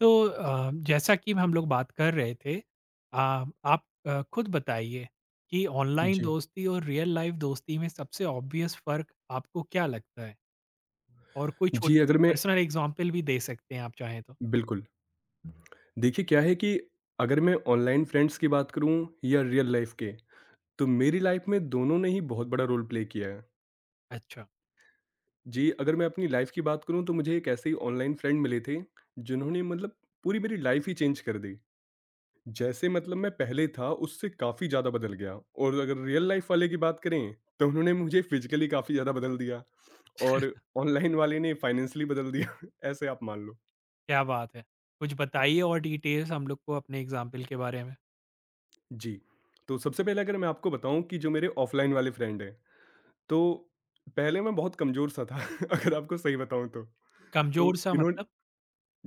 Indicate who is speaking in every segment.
Speaker 1: तो जैसा कि हम लोग बात कर रहे थे। आप खुद बताइए कि ऑनलाइन
Speaker 2: जी।
Speaker 1: दोस्ती और रियल लाइफ दोस्ती में सबसे ऑब्वियस फ़र्क आपको क्या लगता है? और कोई
Speaker 2: जी,
Speaker 1: छोटी-सी
Speaker 2: अगर मैं
Speaker 1: पर्सनल एग्ज़ाम्पल भी दे सकते हैं आप चाहें तो?
Speaker 2: बिल्कुल। देखिए क्या है कि अगर मैं ऑनलाइन फ्रेंड्स की बात करूँ या रियल लाइफ़ के, तो मेरी लाइफ़ में दोनों ने ही बहुत बड़ा रोल प्ले किया है।
Speaker 1: अच्छा।
Speaker 2: जी, अगर मैं अपनी लाइफ़ की बात करूँ तो मुझे एक ऐसे ही ऑनलाइन फ्रेंड मिले थे, जिन्होंने मतलब पूरी मेरी लाइफ़ ही चेंज कर दी। जैसे मतलब मैं पहले था उससे काफ़ी ज़्यादा बदल गया और अगर रियल लाइफ़ वाले की बात करें, तो उन्होंने मुझे फिज़िकली काफ़ी ज़्यादा बदल दिया और ऑनलाइन वाले ने फाइनेंशियली बदल दिया, ऐसे आप मान लो।
Speaker 1: क्या बात है! कुछ बताइए और डिटेल्स हम लोग को अपने एग्ज़ाम्पल के बारे में।
Speaker 2: जी। तो सबसे पहले अगर मैं आपको बताऊँ कि जो मेरे ऑफ़लाइन वाले फ्रेंड हैं, तो पहले मैं बहुत कमज़ोर-सा था, अगर आपको सही बताऊँ तो। तो
Speaker 1: कमज़ोर-सा
Speaker 2: इन्होंन
Speaker 1: मतलब?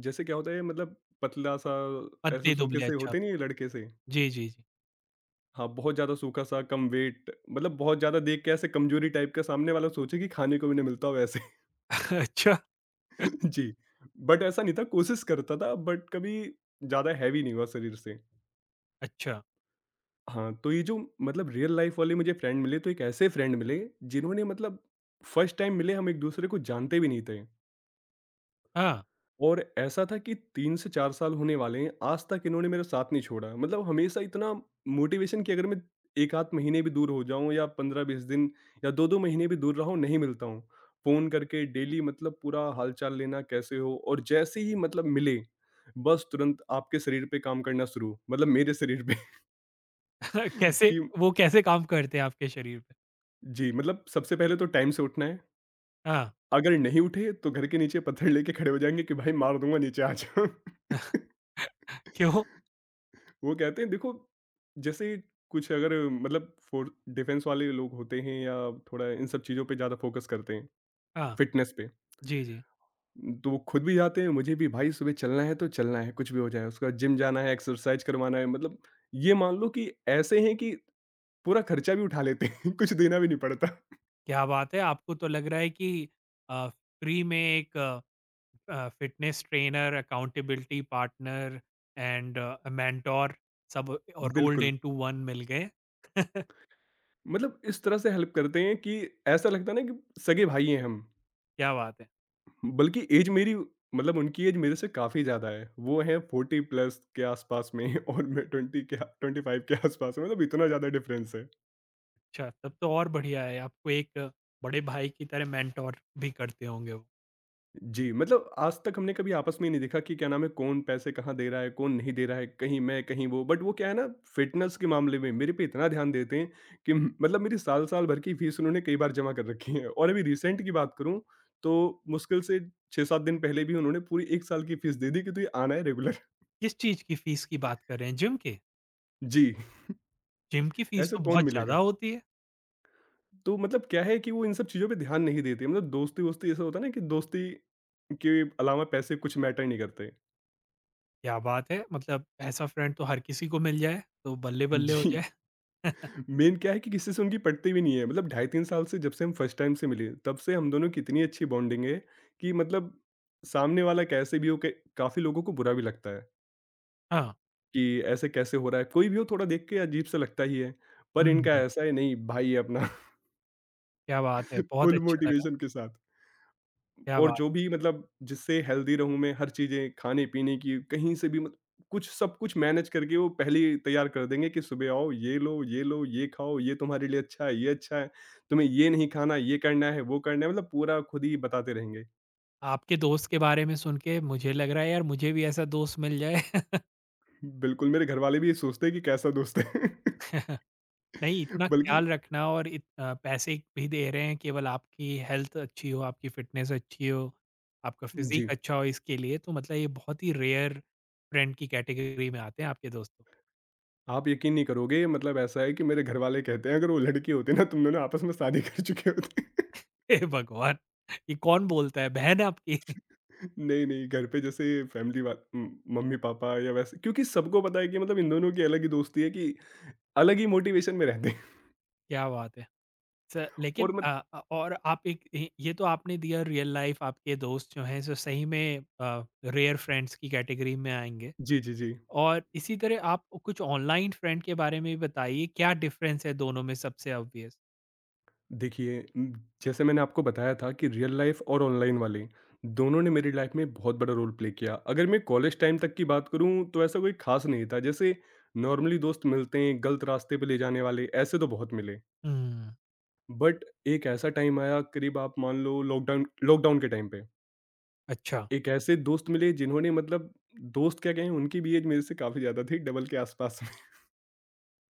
Speaker 2: जैसे क्या होता है, मतलब पतला-सा, ऐसे सूखे
Speaker 1: पतले-दुबले,
Speaker 2: से
Speaker 1: अच्छा।
Speaker 2: होते नहीं है लड़के से?
Speaker 1: जी, जी, जी।
Speaker 2: हाँ, बहुत ज़्यादा सूखा-सा, कम वेट, मतलब बहुत ज़्यादा देख के ऐसे कमज़ोरी टाइप का, सामने वाला सोचे कि खाने को भी ना मिलता हो वैसे।
Speaker 1: अच्छा,
Speaker 2: जी। बट ऐसा नहीं था, कोशिश करता था, बट कभी ज़्यादा हैवी नहीं हुआ शरीर से।
Speaker 1: अच्छा।
Speaker 2: हाँ, तो ये जो मतलब रियल लाइफ वाले मुझे फ्रेंड मिले, तो एक ऐसे फ्रेंड मिले जिन्होंने मतलब फर्स्ट टाइम मिले, हम एक-दूसरे को जानते भी नहीं थे
Speaker 1: हाँ।
Speaker 2: और ऐसा था कि 3 से 4 साल होने वाले हैं, आज तक इन्होंने मेरा साथ नहीं छोड़ा। मतलब हमेशा इतना मोटिवेशन कि अगर मैं 1 आध महीने भी दूर हो जाऊँ या 15-20 दिन या 2-2 महीने भी दूर रहा हूँ, नहीं मिलता हूँ। फ़ोन करके डेली मतलब पूरा हाल-चाल लेना, कैसे हो? और जैसे ही मतलब मिले, बस तुरंत आपके शरीर पे काम करना शुरू, मतलब मेरे शरीर पे। कि
Speaker 1: कैसे काम करते हैं आपके शरीर पे?
Speaker 2: जी, मतलब सबसे पहले तो टाइम से उठना है।
Speaker 1: हाँ।
Speaker 2: अगर नहीं उठे तो घर के नीचे पत्थर लेके खड़े हो जाएँगे कि भाई मार दूँगा, नीचे आ जाओ।
Speaker 1: क्यों?
Speaker 2: वो कहते हैं देखो, जैसे कुछ अगर मतलब फ़ोर डिफेंस वाले लोग होते हैं या थोड़ा इन सब चीज़ों पे ज़्यादा फ़ोकस करते हैं,
Speaker 1: हाँ,
Speaker 2: फ़िटनेस पे।
Speaker 1: जी, जी।
Speaker 2: तो वो खुद भी जाते हैं, मुझे भी, भाई सुबह चलना है तो चलना है, कुछ भी हो जाए। उसके बाद जिम जाना है, एक्सरसाइज करवाना है, मतलब ये मान लो कि ऐसे हैं कि पूरा खर्चा भी उठा लेते हैं, कुछ देना भी नहीं पड़ता।
Speaker 1: क्या बात है! आपको तो लग रहा है कि फ्री में एक fitness trainer, accountability partner and mentor सब रोल्ड
Speaker 2: बिल्कुल।
Speaker 1: इंटू वन मिल गए।
Speaker 2: मतलब इस तरह से हेल्प करते हैं कि ऐसा लगता है ना कि सगे भाई हैं हम।
Speaker 1: क्या बात है!
Speaker 2: बल्कि एज मेरी, मतलब उनकी एज मेरे से काफ़ी ज़्यादा है, वो हैं फोर्टी प्लस के आसपास में और मैं ट्वेंटी के, ट्वेंटी फाइव के आसपास में, मतलब इतना ज़्यादा डिफरेंस है।
Speaker 1: अच्छा, तब तो और बढ़िया है। आपको एक बड़े भाई की तरह मेंटर भी करते होंगे वो।
Speaker 2: जी, मतलब आज तक हमने कभी आपस में ही नहीं देखा कि क्या नाम है, कौन पैसे कहाँ दे रहा है, कौन नहीं दे रहा है, कहीं मैं, कहीं वो। बट वो क्या है ना, फिटनेस के मामले में मेरे पे इतना ध्यान देते हैं कि मतलब मेरी साल-साल भर की फीस उन्होंने कई बार जमा कर रखी है। और अभी रिसेंट की बात करूँ, तो मुश्किल से 6-7 दिन पहले भी उन्होंने पूरी 1 साल की फीस दे दी कि तू ये आना है रेगुलर।
Speaker 1: किस चीज़ की फीस की बात कर रहे हैं? जिम के?
Speaker 2: जी,
Speaker 1: जिम की फीस
Speaker 2: ऐसा
Speaker 1: तो
Speaker 2: कौन
Speaker 1: बहुत ज़्यादा
Speaker 2: मिलेगा?
Speaker 1: होती है।
Speaker 2: तो मतलब क्या है कि वो इन सब चीज़ों पे ध्यान नहीं देते। मतलब दोस्ती-वोस्ती ऐसा होता है ना कि दोस्ती के अलावा पैसे कुछ मैटर नहीं करते।
Speaker 1: क्या बात है! मतलब ऐसा फ्रेंड तो हर किसी को मिल जाए, तो बल्ले-बल्ले हो
Speaker 2: जी।
Speaker 1: जाए।
Speaker 2: मेन क्या है कि किसी से उनकी पटती भी नहीं है, मतलब ढाई तीन साल से जब से हम फर्स्ट टाइम से मिले, तब से हम दोनों की इतनी अच्छी बॉन्डिंग है कि मतलब सामने वाला कैसे भी हो के, काफी लोगों को बुरा भी लगता है
Speaker 1: हाँ।
Speaker 2: कि ऐसे कैसे हो रहा है, कोई भी हो थोड़ा देख के अजीब सा लगता ही है,
Speaker 1: हुँ,
Speaker 2: पर इनका
Speaker 1: हुँ।
Speaker 2: ऐसा है नहीं, भाई है अपना।
Speaker 1: क्या बात है! बहुत
Speaker 2: फुल
Speaker 1: अच्छा लगा।
Speaker 2: मोटिवेशन के साथ।
Speaker 1: क्या
Speaker 2: और
Speaker 1: बात
Speaker 2: जो भी मतलब जिससे हेल्दी रहूँ मैं, हर चीज़ें खाने-पीने की कहीं से भी मत कुछ सब कुछ मैनेज करके वो पहले ही तैयार कर देंगे कि सुबह आओ, ये लो, ये लो, ये खाओ, ये तुम्हारे लिए अच्छा है, ये अच्छा है, तुम्हें ये नहीं खाना, ये करना है, वो करना है, मतलब पूरा खुद ही बताते रहेंगे।
Speaker 1: आपके दोस्त के बारे में सुन के मुझे लग रहा है, यार मुझे भी ऐसा दोस्त मिल जाए।
Speaker 2: बिल्कुल, मेरे घरवाले भी ये सोचते हैं कि कैसा दोस्त है।
Speaker 1: नहीं, इतना
Speaker 2: बल्कि
Speaker 1: ख़्याल रखना और पैसे भी दे रहे हैं केवल आपकी हेल्थ अच्छी हो, आपकी फ़िटनेस अच्छी हो, आपका फ़िज़ीक
Speaker 2: जी,
Speaker 1: अच्छा हो इसके लिए, तो मतलब ये बहुत ही रेयर फ्रेंड की कैटेगरी में आते हैं आपके दोस्तों।
Speaker 2: आप यकीन नहीं करोगे, मतलब ऐसा है कि मेरे घरवाले कहते हैं अगर वो लड़के होते ना तुम दोनों आपस में शादी कर चुके होते।
Speaker 1: हे भगवान! ये कौन बोलता है, बहन आपकी?
Speaker 2: नहीं, नहीं, घर पे जैसे फैमिली वा उम, मम्मी-पापा या वैसे, क्योंकि सबको पता है कि मतलब इन दोनों की अलग ही दोस्ती है, कि अलग ही मोटिवेशन में रहते हैं।
Speaker 1: क्या बात है। स
Speaker 2: और
Speaker 1: लेकिन
Speaker 2: मत
Speaker 1: और आप एक ये तो आपने दिया, रियल लाइफ़ आपके दोस्त जो हैं सो सही में रेयर फ्रेंड्स की कैटेगरी में आएँगे।
Speaker 2: जी, जी, जी।
Speaker 1: और इसी तरह आप कुछ ऑनलाइन फ्रेंड के बारे में भी बताइए, क्या डिफरेंस है दोनों में सबसे ऑब्वियस?
Speaker 2: देखिए, जैसे मैंने आपको बताया था कि रियल लाइफ़ और ऑनलाइन वाली, दोनों ने मेरी लाइफ़ में बहुत बड़ा रोल प्ले किया। अगर मैं कॉलेज टाइम तक की बात करूँ, तो ऐसा कोई ख़ास नहीं था। जैसे नॉर्मली दोस्त मिलते हैं, गलत रास्ते पे ले जाने वाले, ऐसे तो बहुत मिले।
Speaker 1: हुँ,
Speaker 2: बट एक ऐसा टाइम आया, करीब आप मान लो लॉकडाउन, लॉकडाउन के टाइम पे।
Speaker 1: अच्छा।
Speaker 2: एक ऐसे दोस्त मिले जिन्होंने मतलब दोस्त क्या कहें, उनकी भी एज मेरे से काफ़ी ज़्यादा थी, डबल के आसपास में।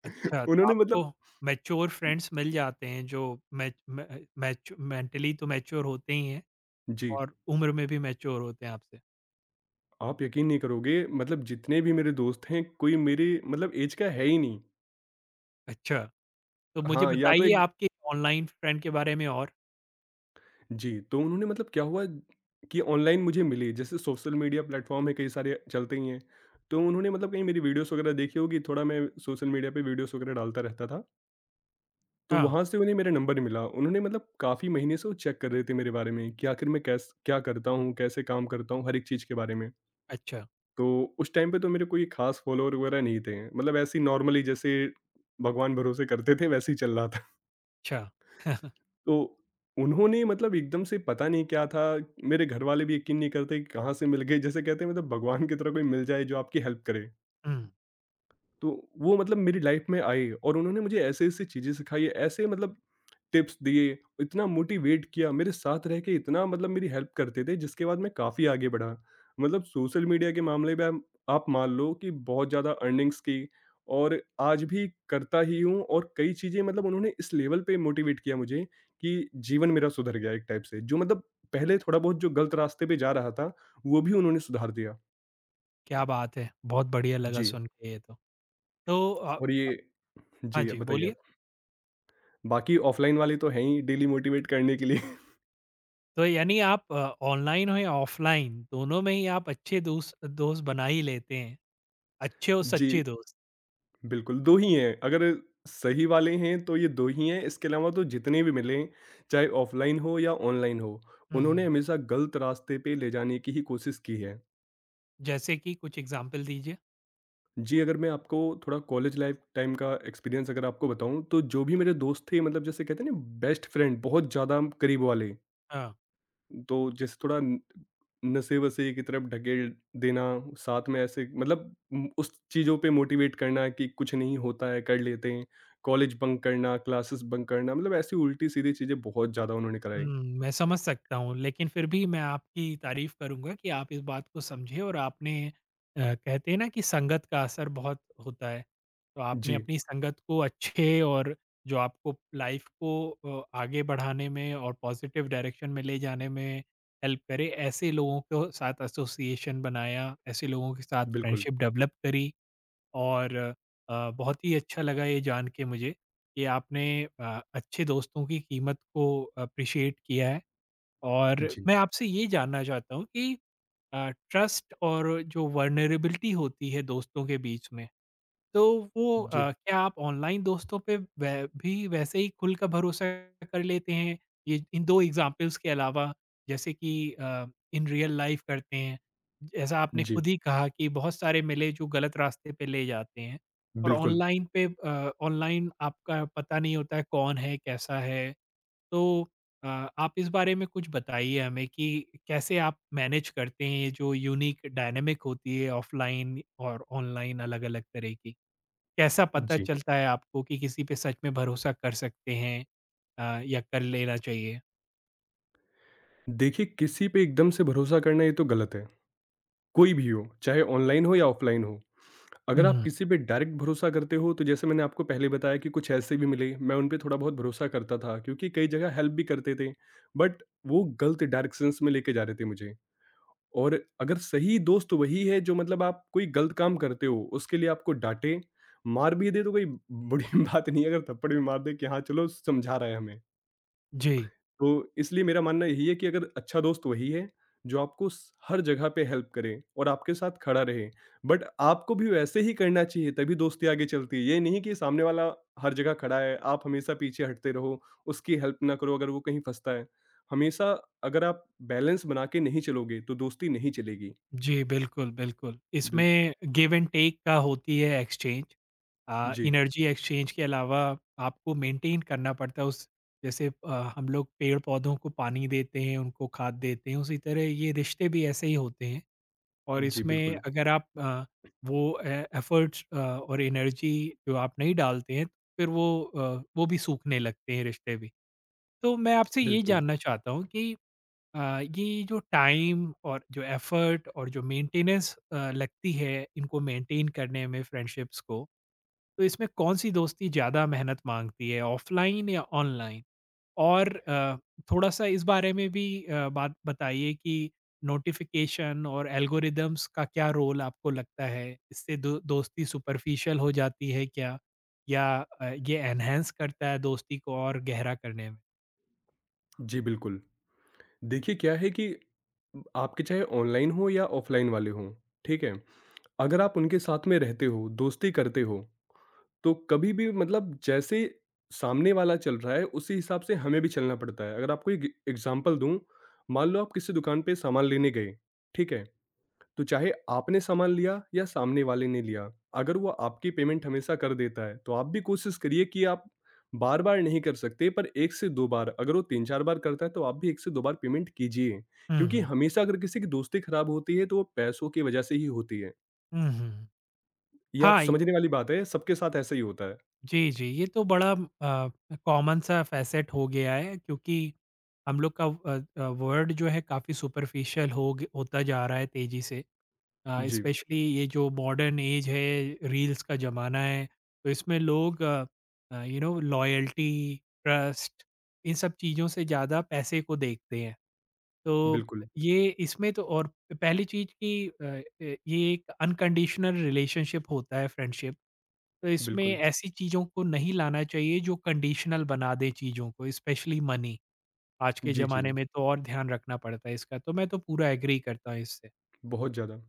Speaker 1: अच्छा, तो
Speaker 2: उन्होंने
Speaker 1: आपको
Speaker 2: मतलब
Speaker 1: मैच्योर फ्रेंड्स मिल जाते हैं जो मैच मै मैच मेंटली तो मैच्योर होते ही हैं
Speaker 2: जी,
Speaker 1: और उम्र में भी मैच्योर होते हैं आपसे।
Speaker 2: आप यकीन नहीं करोगे, मतलब जितने भी मेरे दोस्त हैं, कोई मेरी मतलब एज का है ही नहीं।
Speaker 1: अच्छा। तो मुझे
Speaker 2: हाँ, या तो
Speaker 1: बताइए
Speaker 2: एक
Speaker 1: आपके ऑनलाइन फ्रेंड के बारे में और?
Speaker 2: जी, तो उन्होंने मतलब क्या हुआ कि ऑनलाइन मुझे मिले। जैसे सोशल मीडिया प्लेटफ़ॉर्म है, कई सारे चलते ही हैं। तो उन्होंने मतलब कहीं मेरी वीडियोज़ वगैरह देखी होगी, थोड़ा मैं सोशल मीडिया पे वीडियोज़ वगैरह डालता रहता था। तो
Speaker 1: हाँ,
Speaker 2: वहाँ से उन्हें मेरा नंबर मिला। उन्होंने मतलब काफ़ी महीने से वो चेक कर रहे थे मेरे बारे में कि आखिर मैं कैस क्या करता हूँ, कैसे काम करता हूँ, हर एक चीज़ के बारे में।
Speaker 1: अच्छा,
Speaker 2: तो उस टाइम पे तो मेरे कोई ख़ास फॉलोवर वगैरह नहीं थे। मतलब ऐसे ही नॉर्मली जैसे भगवान भरोसे करते थे, वैसे ही चल रहा था।
Speaker 1: अच्छा।
Speaker 2: तो उन्होंने मतलब एकदम से पता नहीं क्या था, मेरे घरवाले भी यकीन नहीं करते कि कहाँ से मिल गए। जैसे कहते हैं मतलब भगवान की तरह कोई मिल जाए जो आपकी हेल्प करे।
Speaker 1: हुँ।
Speaker 2: तो वो मतलब मेरी लाइफ में आए और उन्होंने मुझे ऐसे-ऐसे चीज़ें सिखाई, ऐसे मतलब टिप्स दिए, इतना मोटिवेट किया, मेरे साथ रह के इतना मतलब मेरी हेल्प करते थे, जिसके बाद मैं काफ़ी आगे बढ़ा। मतलब सोशल मीडिया के मामले में आप मान लो कि बहुत ज़्यादा अर्निंग्स की, और आज भी करता ही हूँ, और कई चीज़ें मतलब उन्होंने इस लेवल पे मोटिवेट किया मुझे कि जीवन मेरा सुधर गया एक टाइप से। जो मतलब पहले थोड़ा बहुत जो गलत रास्ते पे जा रहा था, वो भी उन्होंने सुधार दिया।
Speaker 1: क्या बात है! बहुत बढ़िया लगा
Speaker 2: जी,
Speaker 1: सुन के ये तो। तो
Speaker 2: और ये
Speaker 1: हाँ
Speaker 2: जी,
Speaker 1: जी,
Speaker 2: बताइए
Speaker 1: बोलिए।
Speaker 2: आप। बाकी ऑफलाइन वाले तो हैं ही डेली मोटिवेट करने के लिए।
Speaker 1: तो यानी आप ऑनलाइन हो या ऑफलाइन, दोनों में ही आप अच्छे दोस्त दोस्त बना ही लेते हैं, अच्छे और
Speaker 2: जी।
Speaker 1: सच्चे दोस्त।
Speaker 2: बिल्कुल, 2 ही हैं, अगर सही वाले हैं तो ये 2 ही हैं, इसके अलावा तो जितने भी मिले, चाहे ऑफ़लाइन हो या ऑनलाइन हो,
Speaker 1: हुँ,
Speaker 2: उन्होंने
Speaker 1: हुँ।
Speaker 2: हमेशा गलत रास्ते पे ले जाने की ही कोशिश की है।
Speaker 1: जैसे कि कुछ एग्ज़ाम्पल दीजिए?
Speaker 2: जी, अगर मैं आपको थोड़ा कॉलेज लाइफ़ टाइम का एक्सपीरियंस अगर आपको बताऊँ, तो जो भी मेरे दोस्त थे, मतलब जैसे कहते हैं ना, बेस्ट फ्रेंड, बहुत ज़्यादा करीब वाले।
Speaker 1: हाँ।
Speaker 2: तो जैसे थोड़ा नशे-वशे की तरफ ढकेल देना, साथ में ऐसे मतलब उस चीज़ों पे मोटिवेट करना कि कुछ नहीं होता है, कर लेते हैं। कॉलेज बंक करना, क्लासेस बंक करना, मतलब ऐसी उल्टी-सीधी चीज़ें बहुत ज़्यादा उन्होंने
Speaker 1: हुँ,
Speaker 2: कराई।
Speaker 1: मैं समझ सकता हूँ, लेकिन फिर भी मैं आपकी तारीफ़ करूँगा कि आप इस बात को समझे, और कहते हैं ना कि संगत का असर बहुत होता है। तो आपने
Speaker 2: जी,
Speaker 1: अपनी संगत को अच्छे, और जो आपको लाइफ़ को आगे बढ़ाने में और पॉज़िटिव डायरेक्शन में ले जाने में हेल्प करे, ऐसे लोगों को साथ एसोसिएशन बनाया, ऐसे लोगों के साथ
Speaker 2: बिल्कुल।
Speaker 1: फ्रेंडशिप डेवलप करी। और बहुत ही अच्छा लगा ये जान के मुझे, कि आपने अच्छे दोस्तों की कीमत को अप्रिशिएट किया है। और
Speaker 2: जी,
Speaker 1: मैं आपसे ये जानना चाहता हूँ कि ट्रस्ट और जो वर्नरेबिलिटी होती है दोस्तों के बीच में, तो वो
Speaker 2: जी,
Speaker 1: क्या आप ऑनलाइन दोस्तों पे वै भी वैसे ही खुल का भरोसा कर लेते हैं? ये इन 2 एग्ज़ाम्पल्स के अलावा, जैसे कि अ, इन रियल लाइफ़ करते हैं, जैसा आपने
Speaker 2: जी,
Speaker 1: खुद ही कहा कि बहुत सारे मिले जो गलत रास्ते पे ले जाते हैं, और
Speaker 2: बिल्कुल।
Speaker 1: ऑनलाइन आपका पता नहीं होता है कौन है, कैसा है? तो अ, आप इस बारे में कुछ बताइए हमें कि कैसे आप मैनेज करते हैं ये जो यूनिक डायनामिक होती है ऑफ़लाइन और ऑनलाइन अलग-अलग तरह की? कैसा पता
Speaker 2: जी।
Speaker 1: चलता है आपको कि किसी पे सच में भरोसा कर सकते हैं, या कर लेना चाहिए?
Speaker 2: देखिए, किसी पे एकदम से भरोसा करना ये तो गलत है। कोई भी हो, चाहे ऑनलाइन हो या ऑफलाइन हो। अगर आप
Speaker 1: हुँ।
Speaker 2: किसी पे डायरेक्ट भरोसा करते हो, तो जैसे मैंने आपको पहले बताया कि कुछ ऐसे भी मिले, मैं उन पे थोड़ा बहुत भरोसा करता था क्योंकि कई जगह हेल्प भी करते थे। बट वो गलत डायरेक्शंस में लेके जा रहे थे मुझे। और अगर सही दोस्त वही है जो मतलब आप कोई गलत काम करते हो, उसके लिए आपको डाँटे, मार भी दे तो कोई बड़ी बात नहीं है, अगर थप्पड़ भी मार दे कि हाँ, चलो समझा रहा है हमें।
Speaker 1: जी,
Speaker 2: तो इसलिए मेरा मानना यही है कि अगर अच्छा दोस्त वही है जो आपको हर जगह पे हेल्प करे और आपके साथ खड़ा रहे, बट आपको भी वैसे ही करना चाहिए तभी दोस्ती आगे चलती है। ये नहीं कि सामने वाला हर जगह खड़ा है, आप हमेशा पीछे हटते रहो, उसकी हेल्प ना करो अगर वो कहीं फंसता है। हमेशा अगर आप बैलेंस बना के नहीं चलोगे तो दोस्ती नहीं चलेगी।
Speaker 1: जी, बिल्कुल, बिल्कुल।
Speaker 2: बिल
Speaker 1: इसमें गिव एंड टेक का होती है एक्सचेंज,
Speaker 2: जी।
Speaker 1: एनर्जी एक्सचेंज के अलावा आपको मेंटेन करना पड़ता है उस। जैसे हम लोग पेड़-पौधों को पानी देते हैं, उनको खाद देते हैं, उसी तरह ये रिश्ते भी ऐसे ही होते हैं। और
Speaker 2: जी,
Speaker 1: इसमें
Speaker 2: बिल्कुल,
Speaker 1: अगर आप वो ए एफ़र्ट्स और एनर्जी जो आप नहीं डालते हैं, फिर वो भी सूखने लगते हैं, रिश्ते भी। तो मैं आपसे ये
Speaker 2: बिल्कुल।
Speaker 1: जानना चाहता हूँ कि ये जो टाइम और जो एफ़र्ट और जो मेंटेनेंस लगती है इनको मेंटेन करने में फ्रेंडशिप्स को, तो इसमें कौन-सी दोस्ती ज़्यादा मेहनत माँगती है, ऑफ़लाइन या ऑनलाइन? और थोड़ा-सा इस बारे में भी बात बताइए कि नोटिफ़िकेशन और एल्गोरिदम्स का क्या रोल आपको लगता है? इससे दो दोस्ती सुपरफिशियल हो जाती है क्या? या ये एनहांस करता है दोस्ती को और गहरा करने में?
Speaker 2: जी बिल्कुल। देखिए क्या है कि आपके चाहे ऑनलाइन हो या ऑफलाइन वाले हों, ठीक है, अगर आप उनके साथ में रहते हो, दोस्ती करते हो, तो कभी भी मतलब जैसे सामने वाला चल रहा है, उसी हिसाब से हमें भी चलना पड़ता है। अगर आपको एक एग्ज़ाम्पल दूँ, मान लो आप किसी दुकान पे सामान लेने गए, ठीक है? तो चाहे आपने सामान लिया या सामने वाले ने लिया, अगर वो आपकी पेमेंट हमेशा कर देता है, तो आप भी कोशिश करिए कि आप बार-बार नहीं कर सकते, पर 1 से 2 बार, अगर वो 3-4 बार करता है, तो आप भी 1 से 2 बार पेमेंट कीजिए।
Speaker 1: हुँ,
Speaker 2: क्योंकि
Speaker 1: हुँ।
Speaker 2: हमेशा अगर किसी की दोस्ती खराब होती है, तो वो पैसों की वजह से ही होती है।
Speaker 1: हुँ, हुँ।
Speaker 2: ये आप
Speaker 1: हाँ,
Speaker 2: समझने वाली बात है, सबके साथ ऐसा ही होता है।
Speaker 1: जी, जी, ये तो बड़ा कॉमन सा फ़ैसेट हो गया है, क्योंकि हम लोग का वर्ल्ड जो है काफ़ी सुपरफिशियल हो ग होता जा रहा है तेज़ी से।
Speaker 2: जी,
Speaker 1: स्पेशली ये जो मॉडर्न एज है, रील्स का ज़माना है, तो इसमें लोग, यू नो, लॉयल्टी, ट्रस्ट, इन सब चीज़ों से ज़्यादा पैसे को देखते हैं। तो
Speaker 2: बिल्कुल,
Speaker 1: ये इसमें तो और पहली चीज़ कि ये एक अनकंडीशनल रिलेशनशिप होता है, फ्रेंडशिप। तो इसमें
Speaker 2: बिल्कुल।
Speaker 1: ऐसी चीज़ों को नहीं लाना चाहिए जो कंडीशनल बना दे चीज़ों को, स्पेशली मनी। आज के
Speaker 2: जी, जी,
Speaker 1: ज़माने
Speaker 2: जी।
Speaker 1: में तो और ध्यान रखना पड़ता है इसका। तो मैं तो पूरा एग्री करता हूँ इससे।
Speaker 2: बहुत ज़्यादा।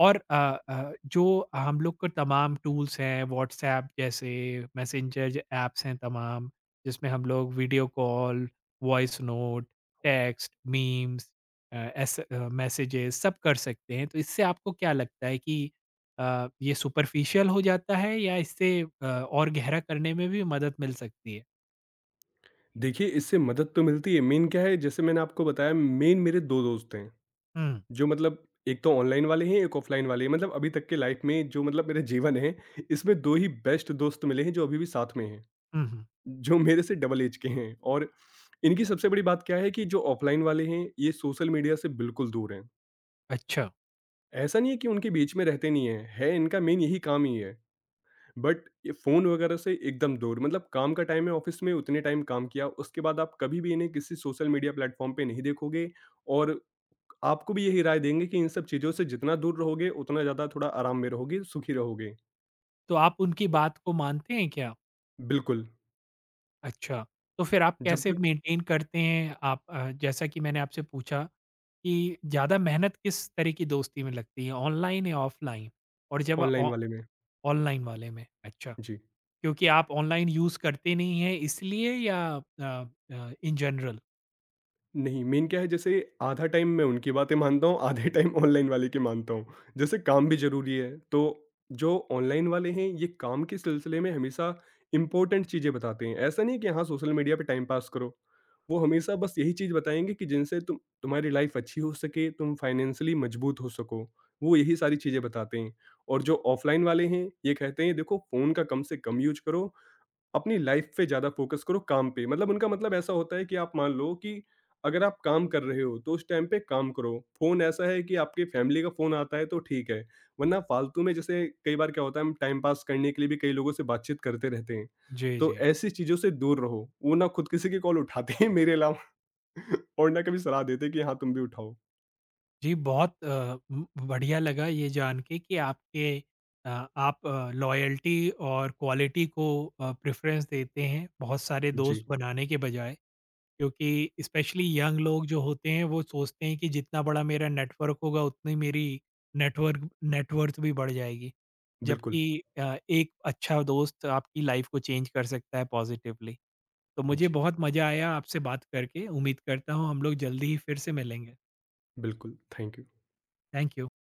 Speaker 1: और जो हम लोग का तमाम टूल्स हैं, व्हाट्सऐप जैसे मैसेंजर ज ऐप्स हैं तमाम, जिसमें हम लोग video call, voice note, text, memes, messages सब कर सकते हैं। तो इससे आपको क्या लगता है कि ये सुपरफिशियल हो जाता है, या इससे और गहरा करने में भी मदद मिल सकती है?
Speaker 2: देखिए, इससे मदद तो मिलती है, मेन क्या है जैसे मैंने आपको बताया, मेन मेरे 2 दोस्त हैं,
Speaker 1: हुँ,
Speaker 2: जो मतलब एक तो ऑनलाइन वाले हैं, एक ऑफ़लाइन वाले हैं। मतलब अभी तक के लाइफ़ में जो मतलब मेरा जीवन है, इसमें 2 ही बेस्ट दोस्त मिले हैं जो अभी भी साथ में हैं,
Speaker 1: हुँ, हुँ।
Speaker 2: जो मेरे से डबल ऐज के हैं। और इनकी सबसे बड़ी बात क्या है कि जो ऑफ़लाइन वाले हैं, ये सोशल मीडिया से बिल्कुल दूर हैं।
Speaker 1: अच्छा,
Speaker 2: ऐसा नहीं है कि उनके बीच में रहते नहीं हैं, है इनका मेन यही काम ही है। बट ये फ़ोन वगैरह से एकदम दूर, मतलब काम का टाइम है ऑफिस में, उतने टाइम काम किया, उसके बाद आप कभी भी इन्हें किसी सोशल मीडिया प्लेटफॉर्म पे नहीं देखोगे। और आपको भी यही राय देंगे कि इन सब चीज़ों से जितना दूर रहोगे, उतना ज़्यादा थोड़ा आराम में रहोगे, सुखी रहोगे।
Speaker 1: तो आप उनकी बात को मानते हैं क्या?
Speaker 2: बिल्कुल।
Speaker 1: अच्छा, तो फिर आप
Speaker 2: जब
Speaker 1: कैसे
Speaker 2: तक
Speaker 1: मेंटेन करते हैं? आप जैसा कि मैंने आपसे पूछा कि ज़्यादा मेहनत किस तरह की दोस्ती में लगती है, ऑनलाइन या ऑफलाइन? और जब
Speaker 2: ऑनलाइन
Speaker 1: ऑ
Speaker 2: वाले में
Speaker 1: ऑनलाइन वाले में? अच्छा,
Speaker 2: जी
Speaker 1: क्योंकि आप ऑनलाइन यूज़ करते नहीं हैं इसलिए? या इन जनरल?
Speaker 2: नहीं, मेन क्या है जैसे आधा टाइम मैं उनकी बातें मानता हूँ, आधे टाइम ऑनलाइन वाले की मानता हूँ। जैसे काम भी ज़रूरी है, तो जो ऑनलाइन वाले हैं, ये काम के सिलसिले में हमेशा इम्पोर्टेंट चीज़ें बताते हैं। ऐसा नहीं है कि हाँ, सोशल मीडिया पे टाइम पास करो। वो हमेशा बस यही चीज़ बताएँगे कि जिनसे तुम, तुम्हारी लाइफ़ अच्छी हो सके, तुम फाइनेंशियली मजबूत हो सको। वो यही सारी चीज़ें बताते हैं। और जो ऑफलाइन वाले हैं, ये कहते हैं देखो, फ़ोन का कम से कम यूज़ करो, अपनी लाइफ पे ज़्यादा फ़ोकस करो, काम पे। मतलब उनका मतलब ऐसा होता है कि आप मान लो कि अगर आप काम कर रहे हो, तो उस टाइम पे काम करो। फ़ोन ऐसा है कि आपके फैमिली का फ़ोन आता है तो ठीक है, वरना फ़ालतू में जैसे कई बार क्या होता है, हम टाइम पास करने के लिए भी कई लोगों से बातचीत करते रहते हैं।
Speaker 1: जी,
Speaker 2: तो
Speaker 1: जी।
Speaker 2: ऐसी चीज़ों से दूर रहो। वो ना खुद किसी की कॉल उठाते हैं मेरे अलावा और ना कभी सलाह देते हैं कि हाँ, तुम भी उठाओ।
Speaker 1: जी, बहुत बढ़िया लगा ये जान के कि अ, आप लॉयल्टी और क्वालिटी को प्रेफ़रेंस देते हैं, बहुत सारे दोस्त
Speaker 2: जी,
Speaker 1: बनाने के बजाय। क्योंकि स्पेशली यंग लोग जो होते हैं वो सोचते हैं कि जितना बड़ा मेरा नेटवर्क होगा, उतनी मेरी नेटवर्क नेटवर्थ भी बढ़ जाएगी।
Speaker 2: बिल्कुल।
Speaker 1: जबकि एक अच्छा दोस्त आपकी लाइफ को चेंज कर सकता है पॉजिटिवली। तो मुझे
Speaker 2: जी,
Speaker 1: बहुत मज़ा आया आपसे बात करके। उम्मीद करता हूँ हम लोग जल्दी ही फिर से मिलेंगे।
Speaker 2: बिल्कुल। Thank you.
Speaker 1: Thank you.